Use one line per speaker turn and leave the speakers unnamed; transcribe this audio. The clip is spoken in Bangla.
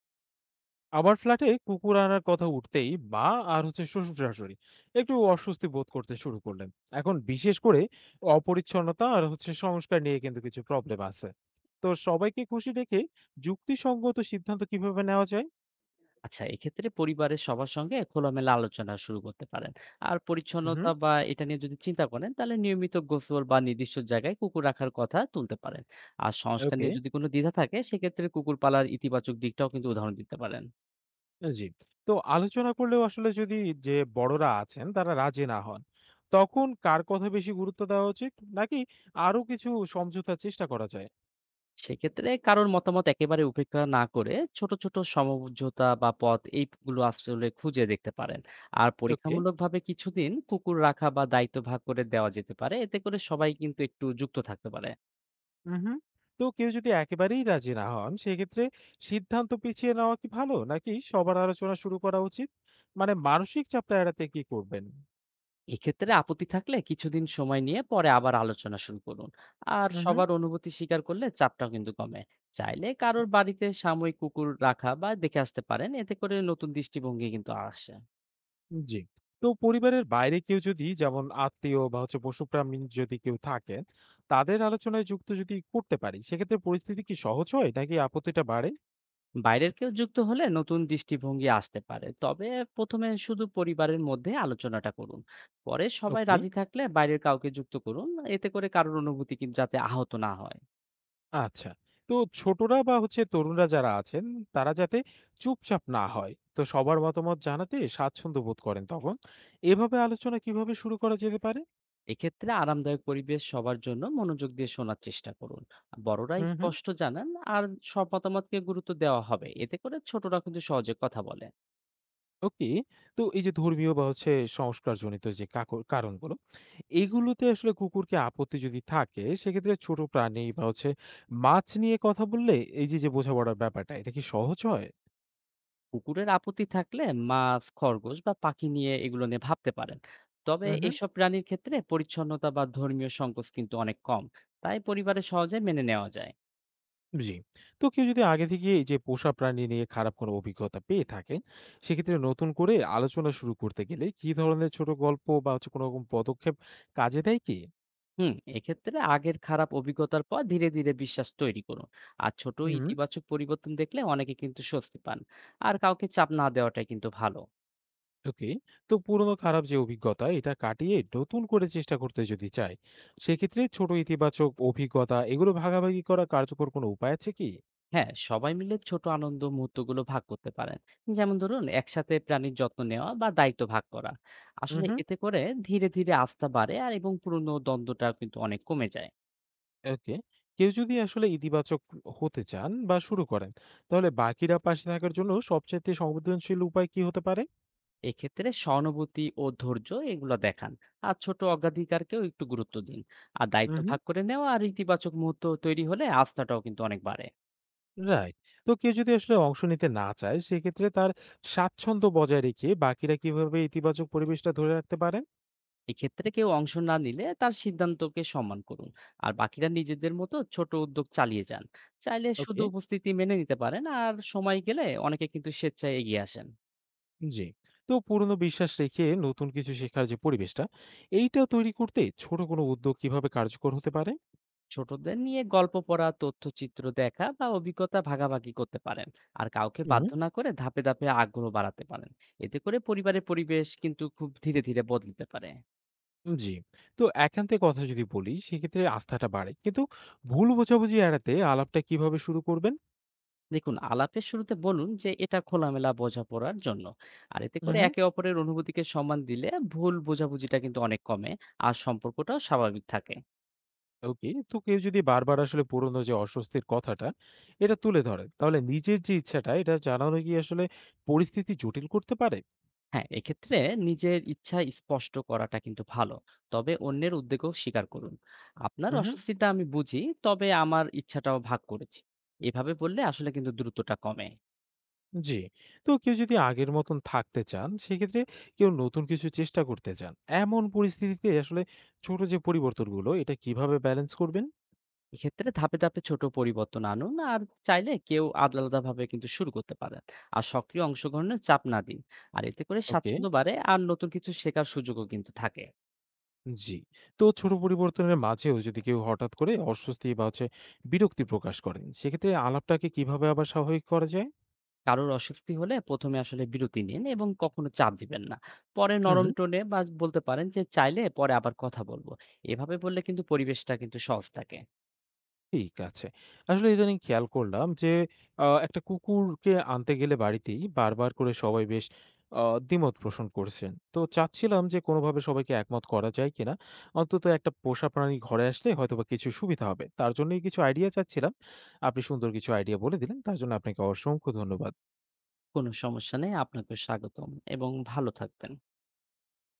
আবার ফ্ল্যাটে কুকুর আনার কথা উঠতেই মা আর শ্বশুর শাশুড়ি একটু অস্বস্তি বোধ করতে শুরু করলেন। এখন বিশেষ করে অপরিচ্ছন্নতা আর সংস্কার নিয়ে কিন্তু কিছু প্রবলেম আছে। তো সবাইকে খুশি রেখে যুক্তিসঙ্গত সিদ্ধান্ত কিভাবে নেওয়া যায়?
আচ্ছা, এক্ষেত্রে পরিবারের সবার সঙ্গে খোলামেলা আলোচনা শুরু করতে পারেন। আর
হুম।
পরিচ্ছন্নতা বা এটা নিয়ে যদি চিন্তা করেন, তাহলে নিয়মিত গোসল বা নির্দিষ্ট জায়গায় কুকুর রাখার কথা তুলতে পারেন। আর সংস্কার
ওকে।
নিয়ে যদি কোনো দ্বিধা থাকে, সেক্ষেত্রে কুকুর পালার ইতিবাচক দিকটাও কিন্তু উদাহরণ দিতে পারেন।
জি। তো আলোচনা করলেও আসলে যদি যে বড়রা আছেন তারা রাজি না হন, তখন কার কথা বেশি গুরুত্ব দেওয়া উচিত, নাকি আরো কিছু সমঝোতার চেষ্টা করা যায়?
সেক্ষেত্রে কারোর মতামত একেবারে উপেক্ষা না করে ছোট, ছোট সমঝোতা বা পথ এইগুলো আসলে খুঁজে দেখতে পারেন। আর
ওকে।
পরীক্ষামূলকভাবে কিছুদিন কুকুর রাখা বা দায়িত্ব ভাগ করে দেওয়া যেতে পারে। এতে করে সবাই কিন্তু একটু যুক্ত থাকতে পারে।
হুম। তো কেউ যদি একেবারেই রাজি না হন, সেক্ষেত্রে সিদ্ধান্ত পিছিয়ে নেওয়া কি ভালো, নাকি সবার আলোচনা শুরু করা উচিত? মানে মানসিক চাপটা এড়াতে কি করবেন?
এক্ষেত্রে আপত্তি থাকলে কিছুদিন সময় নিয়ে পরে আবার আলোচনা শুরু করুন। আর
হুম।
সবার অনুভূতি স্বীকার করলে চাপটাও কিন্তু কমে। চাইলে কারোর বাড়িতে সাময়িক কুকুর রাখা বা দেখে আসতে পারেন, এতে করে নতুন দৃষ্টিভঙ্গি কিন্তু আসে।
জি। তো পরিবারের বাইরে কেউ যদি, যেমন আত্মীয় বা পশুপ্রাণী যদি কেউ থাকেন, তাদের আলোচনায় যুক্ত যদি করতে পারি, সেক্ষেত্রে পরিস্থিতি কি সহজ হয়, নাকি আপত্তিটা বাড়ে?
বাইরের কেউ যুক্ত হলে নতুন দৃষ্টিভঙ্গি আসতে পারে, তবে প্রথমে শুধু পরিবারের মধ্যে আলোচনাটা করুন। পরে সবাই
ওকে।
রাজি থাকলে বাইরের কাউকে যুক্ত করুন। এতে করে কারোর অনুভূতি কিন্তু যাতে আহত না হয়।
আচ্ছা। তো ছোটরা বা তরুণরা যারা আছেন, তারা যাতে চুপচাপ না হয়, তো সবার মতামত জানাতে স্বাচ্ছন্দ্য বোধ করেন, তখন এভাবে আলোচনা কিভাবে শুরু করা যেতে পারে?
এক্ষেত্রে আরামদায়ক পরিবেশ সবার জন্য মনোযোগ দিয়ে শোনার চেষ্টা করুন। বড়রা
হুম, হুম।
স্পষ্ট জানান আর সব মতামতকে গুরুত্ব দেওয়া হবে, এতে করে ছোটরা কিন্তু সহজে কথা বলে।
ওকে। তো এই যে ধর্মীয় বা সংস্কারজনিত যে কারণগুলো, এগুলোতে আসলে কুকুরকে আপত্তি যদি থাকে, সেক্ষেত্রে ছোট প্রাণী বা মাছ নিয়ে কথা বললে, এই যে যে বোঝাপড়ার ব্যাপারটা, এটা কি সহজ হয়?
কুকুরের আপত্তি থাকলে মাছ, খরগোশ বা পাখি নিয়ে, এগুলো নিয়ে ভাবতে পারেন। তবে
হুম, হুম।
এসব প্রাণীর ক্ষেত্রে পরিচ্ছন্নতা বা ধর্মীয় সংকোচ কিন্তু অনেক কম, তাই পরিবারে সহজে মেনে নেওয়া যায়।
জি। তো কেউ যদি আগে থেকে এই যে পোষা প্রাণী নিয়ে খারাপ কোনো অভিজ্ঞতা পেয়ে থাকেন, সেক্ষেত্রে নতুন করে আলোচনা শুরু করতে গেলে কি ধরনের ছোট গল্প বা কোনো রকম পদক্ষেপ কাজে দেয় কি?
হুম, এক্ষেত্রে আগের খারাপ অভিজ্ঞতার পর ধীরে ধীরে বিশ্বাস তৈরি করুন। আর ছোট
হুম।
ইতিবাচক পরিবর্তন দেখলে অনেকে কিন্তু স্বস্তি পান। আর কাউকে চাপ না দেওয়াটাই কিন্তু ভালো।
ওকে। তো পুরনো খারাপ যে অভিজ্ঞতা, এটা কাটিয়ে নতুন করে চেষ্টা করতে যদি চায়, সেক্ষেত্রে ছোট ইতিবাচক অভিজ্ঞতা এগুলো ভাগাভাগি করা কার্যকর কোনো উপায় আছে কি?
হ্যাঁ, সবাই মিলে ছোট আনন্দ মুহূর্তগুলো ভাগ করতে পারেন। যেমন ধরুন, একসাথে প্রাণীর যত্ন নেওয়া বা দায়িত্ব ভাগ করা। আসলে
উহু।
এতে করে ধীরে ধীরে আস্থা বাড়ে আর পুরনো দ্বন্দ্বটাও কিন্তু অনেক কমে যায়।
ওকে। কেউ যদি আসলে ইতিবাচক হতে চান বা শুরু করেন, তাহলে বাকিরা পাশে থাকার জন্য সবচাইতে সংবেদনশীল উপায় কি হতে পারে?
এক্ষেত্রে সহানুভূতি ও ধৈর্য এগুলো দেখান। আর ছোট অগ্রাধিকারকেও একটু গুরুত্ব দিন। আর দায়িত্ব
উহু।
ভাগ করে নেওয়া আর ইতিবাচক মুহূর্ত তৈরি হলে আস্থাটাও কিন্তু অনেক বাড়ে।
রাইট। তো কেউ যদি আসলে অংশ নিতে না চায়, সেক্ষেত্রে তার স্বাচ্ছন্দ্য বজায় রেখে বাকিরা কিভাবে ইতিবাচক পরিবেশটা ধরে রাখতে পারেন?
এক্ষেত্রে কেউ অংশ না নিলে তার সিদ্ধান্তকে সম্মান করুন। আর বাকিরা নিজেদের মতো ছোট উদ্যোগ চালিয়ে যান। চাইলে শুধু
ওকে।
উপস্থিতি মেনে নিতে পারেন, আর সময় গেলে অনেকে কিন্তু স্বেচ্ছায় এগিয়ে আসেন।
জি। তো পুরনো বিশ্বাস রেখে নতুন কিছু শেখার যে পরিবেশটা, এইটা তৈরি করতে ছোট কোনো উদ্যোগ কিভাবে কার্যকর হতে পারে?
ছোটদের নিয়ে গল্প পড়া, তথ্যচিত্র দেখা বা অভিজ্ঞতা ভাগাভাগি করতে পারেন। আর কাউকে
হুম।
বাধ্য না করে ধাপে ধাপে আগ্রহ বাড়াতে পারেন। এতে করে পরিবারের পরিবেশ কিন্তু খুব ধীরে ধীরে বদলিতে পারে।
জি। তো একান্তে কথা যদি বলি, সেক্ষেত্রে আস্থাটা বাড়ে। কিন্তু ভুল বোঝাবুঝি এড়াতে আলাপটা কিভাবে শুরু করবেন?
দেখুন, আলাপের শুরুতে বলুন যে এটা খোলামেলা বোঝাপড়ার জন্য। আর এতে করে
হুম।
একে অপরের অনুভূতিকে সম্মান দিলে ভুল বোঝাবুঝিটা কিন্তু অনেক কমে আর সম্পর্কটাও স্বাভাবিক থাকে।
ওকে। তো কেউ যদি বারবার আসলে পুরনো যে অস্বস্তির কথাটা, এটা তুলে ধরে, তাহলে নিজের যে ইচ্ছাটা, এটা জানানো কি আসলে পরিস্থিতি জটিল করতে পারে?
হ্যাঁ, এক্ষেত্রে নিজের ইচ্ছা স্পষ্ট করাটা কিন্তু ভালো, তবে অন্যের উদ্বেগও স্বীকার করুন। আপনার
হুম, হুম।
অস্বস্তিটা আমি বুঝি, তবে আমার ইচ্ছাটাও ভাগ করেছি। এভাবে বললে আসলে কিন্তু দ্রুতটা কমে।
জি। তো কেউ যদি আগের মতন থাকতে চান, সেক্ষেত্রে কেউ নতুন কিছু চেষ্টা করতে চান। এমন পরিস্থিতিতে আসলে ছোট যে পরিবর্তনগুলো, এটা কিভাবে ব্যালেন্স করবেন?
এক্ষেত্রে ধাপে ধাপে ছোট পরিবর্তন আনুন। আর চাইলে কেউ আলাদা আলাদা ভাবে কিন্তু শুরু করতে পারেন। আর সক্রিয় অংশগ্রহণের চাপ না দিন। আর এতে করে
ওকে,
স্বাচ্ছন্দ্য বাড়ে আর নতুন কিছু শেখার সুযোগও কিন্তু থাকে।
জি। তো ছোট পরিবর্তনের মাঝেও যদি কেউ হঠাৎ করে অস্বস্তি বা বিরক্তি প্রকাশ করেন, সেক্ষেত্রে আলাপটাকে কিভাবে আবার স্বাভাবিক করা যায়?
কারোর অস্বস্তি হলে প্রথমে আসলে বিরতি নিন এবং কখনো চাপ দিবেন না। পরে
হুম।
নরম টোনে বা বলতে পারেন যে চাইলে পরে আবার কথা বলবো। এভাবে বললে কিন্তু পরিবেশটা কিন্তু সহজ থাকে।
ঠিক আছে। আসলে ইদানিং খেয়াল করলাম যে একটা কুকুরকে আনতে গেলে বাড়িতেই বারবার করে সবাই বেশ আ দ্বিমত পোষণ করছেন। তো চাচ্ছিলাম যে কোনোভাবে সবাইকে একমত করা যায় কিনা? অন্তত একটা পোষা প্রাণী ঘরে আসলে হয়তোবা কিছু সুবিধা হবে। তার জন্যই কিছু আইডিয়া চাচ্ছিলাম। আপনি সুন্দর কিছু আইডিয়া বলে দিলেন। তার জন্য আপনাকে অসংখ্য ধন্যবাদ।
কোনো সমস্যা নেই, আপনাকে স্বাগতম এবং ভালো থাকবেন।